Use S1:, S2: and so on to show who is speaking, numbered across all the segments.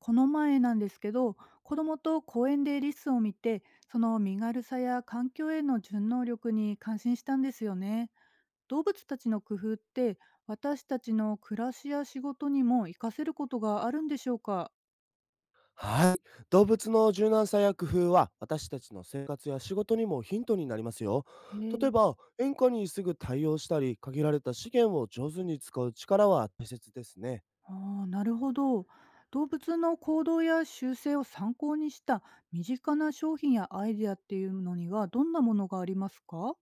S1: この前なんですけど、子供と公園でリスを見て、その身軽さや環境への順応力に感心したんですよね。動物たちの工夫って、私たちの暮らしや仕事にも活かせることがあるんでしょうか？
S2: はい。動物の柔軟さや工夫は、私たちの生活や仕事にもヒントになりますよ。
S1: へ
S2: 例
S1: え。
S2: えば、変化にすぐ対応したり、限られた資源を上手に使う力は大切ですね。
S1: ああ、なるほど。動物の行動や習性を参考にした身近な商品やアイデアっていうのにはどんなものがありますか？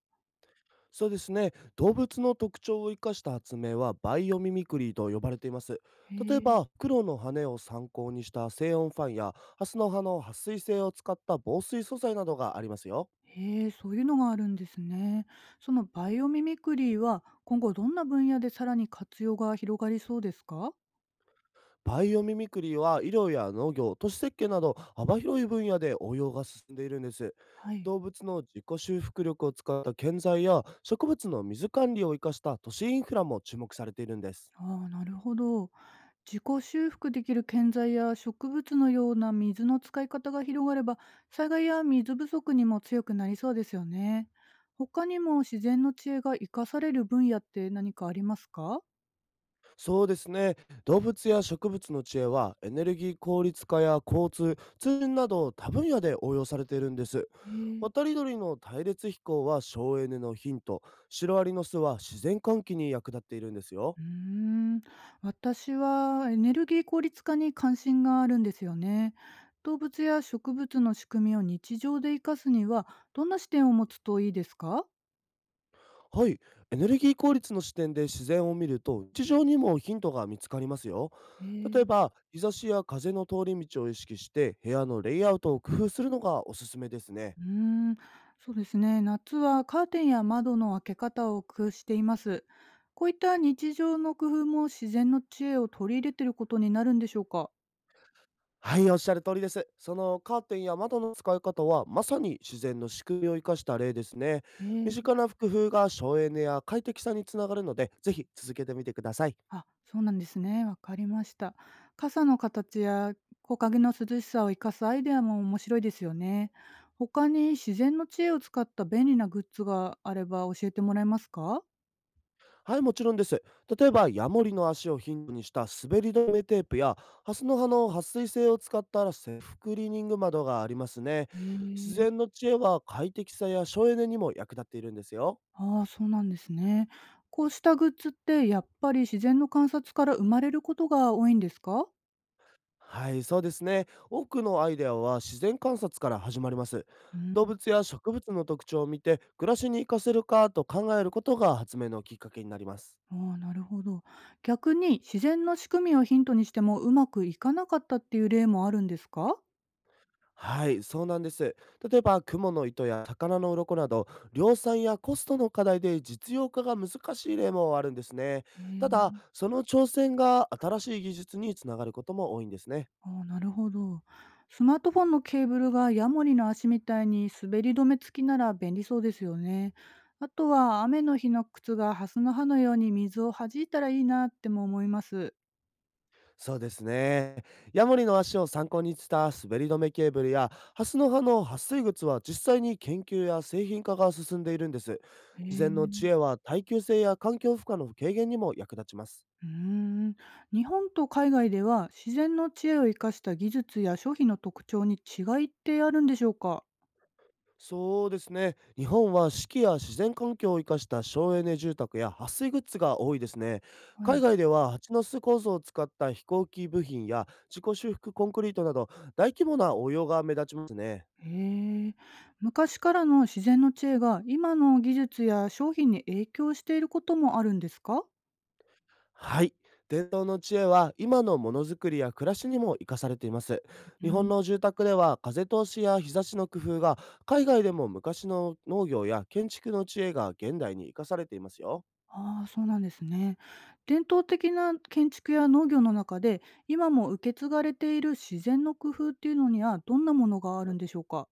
S2: そうですね。動物の特徴を生かした発明は、バイオミミクリーと呼ばれています。
S1: へ
S2: 例え
S1: え。
S2: ば、黒の羽を参考にした静音ファンや、ハスの葉の撥水性を使った防水素材などがありますよ。
S1: へえ、そういうのがあるんですね。そのバイオミミクリーは今後どんな分野でさらに活用が広がりそうですか？
S2: バイオミミクリは、医療や農業、都市設計など幅広い分野で応用が進んでいるんです。
S1: はい。
S2: 動物の自己修復力を使った建材や、植物の水管理を生かした都市インフラも注目されているんです。
S1: ああ、なるほど。自己修復できる建材や植物のような水の使い方が広がれば、災害や水不足にも強くなりそうですよね。他にも自然の知恵が生かされる分野って何かありますか？
S2: そうですね。動物や植物の知恵は、エネルギー効率化や交通、通信など多分野で応用されているんです。
S1: へえ。
S2: 渡り鳥の隊列飛行は省エネのヒント、シロアリの巣は自然換気に役立っているんですよ。
S1: うーん、私はエネルギー効率化に関心があるんですよね。動物や植物の仕組みを日常で活かすにはどんな視点を持つといいですか？
S2: はい、エネルギー効率の視点で自然を見ると、日常にもヒントが見つかりますよ。
S1: え
S2: 例え
S1: ー
S2: ば、日差しや風の通り道を意識して、部屋のレイアウトを工夫するのがおすすめですね。
S1: うーん、そうですね。夏はカーテンや窓の開け方を工夫しています。こういった日常の工夫も自然の知恵を取り入れていることになるんでしょうか？
S2: はい、おっしゃる通りです。そのカーテンや窓の使い方は、まさに自然の仕組みを生かした例ですね。
S1: へえ
S2: 身
S1: ー。
S2: 近な工夫が省エネや快適さにつながるので、ぜひ続けてみてください。
S1: あ、そうなんですね。わかりました。傘の形や木陰の涼しさを生かすアイデアも面白いですよね。他に自然の知恵を使った便利なグッズがあれば教えてもらえますか？
S2: はい、もちろんです。例えば、ヤモリの足をヒントにした滑り止めテープや、ハスの葉の撥水性を使ったセルフクリーニング窓がありますね。
S1: へ
S2: 自
S1: え。
S2: 然の知恵は、快適さや省エネにも役立っているんですよ。
S1: ああ、そうなんですね。こうしたグッズってやっぱり自然の観察から生まれることが多いんですか？
S2: はい、そうですね。多くのアイデアは自然観察から始まります。
S1: うん。
S2: 動物や植物の特徴を見て、暮らしに活かせるかと考えることが発明のきっかけになります。
S1: ああ、なるほど。逆に自然の仕組みをヒントにしてもうまくいかなかったっていう例もあるんですか？
S2: はい、そうなんです。例えば、蜘蛛の糸や魚の鱗など、量産やコストの課題で実用化が難しい例もあるんですね。
S1: へ
S2: た
S1: え。
S2: だ、その挑戦が新しい技術につながることも多いんですね。
S1: ああ、なるほど。スマートフォンのケーブルがヤモリの足みたいに滑り止め付きなら便利そうですよね。あとは雨の日の靴がハスの葉のように水を弾いたらいいなっても思います。
S2: そうですね。ヤモリの足を参考にした滑り止めケーブルや、ハスの葉の撥水靴は、実際に研究や製品化が進んでいるんです。
S1: へ
S2: 自
S1: え。
S2: 然の知恵は、耐久性や環境負荷の軽減にも役立ちます。
S1: ーん。日本と海外では自然の知恵を生かした技術や商品の特徴に違いってあるんでしょうか？
S2: そうですね。日本は四季や自然環境を生かした省エネ住宅や撥水グッズが多いですね。
S1: はい。
S2: 海外では、蜂の巣構造を使った飛行機部品や自己修復コンクリートなど、大規模な応用が目立ちますね。
S1: へえ。昔からの自然の知恵が今の技術や商品に影響していることもあるんですか？
S2: はい。伝統の知恵は、今のものづくりや暮らしにも生かされています。日本の住宅では風通しや日差しの工夫が、海外でも昔の農業や建築の知恵が現代に生かされていますよ。
S1: ああ、そうなんですね。伝統的な建築や農業の中で、今も受け継がれている自然の工夫っていうのには、どんなものがあるんでしょうか？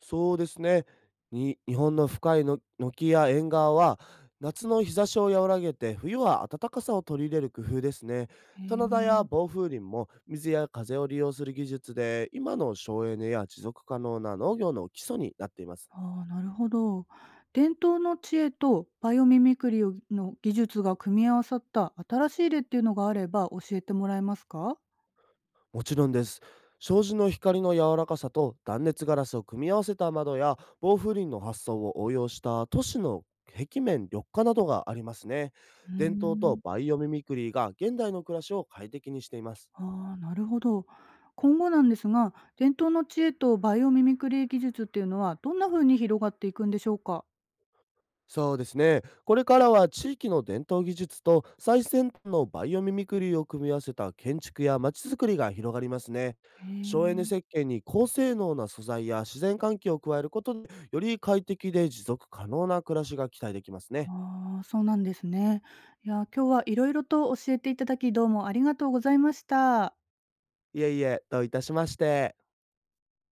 S2: そうですね。に日本の深いの軒や縁側は、夏の日差しを和らげて、冬は暖かさを取り入れる工夫ですね。
S1: へ
S2: 棚田や
S1: え。
S2: 防風林も水や風を利用する技術で、今の省エネや持続可能な農業の基礎になっています。
S1: ああ、なるほど。伝統の知恵とバイオミミクリをの技術が組み合わさった新しい例っていうのがあれば教えてもらえますか？
S2: もちろんです。障子の光の柔らかさと断熱ガラスを組み合わせた窓や、防風林の発想を応用した都市の壁面緑化などがありますね。
S1: うー
S2: 伝統と
S1: ん。
S2: バイオミミクリーが現代の暮らしを快適にしています。
S1: ああ、なるほど。今後なんですが、伝統の知恵とバイオミミクリ技術っていうのは、どんな風に広がっていくんでしょうか？
S2: そうですね。これからは、地域の伝統技術と最先端のバイオミミクリーを組み合わせた建築や街づくりが広がりますね。
S1: へ
S2: 省エネ
S1: え。
S2: 設計に高性能な素材や自然環境を加えることで、より快適で持続可能な暮らしが期待できますね。
S1: ああ、そうなんですね。いや、今日はいろいろと教えていただき、どうもありがとうございました。
S2: いえいえ、どういたしまして。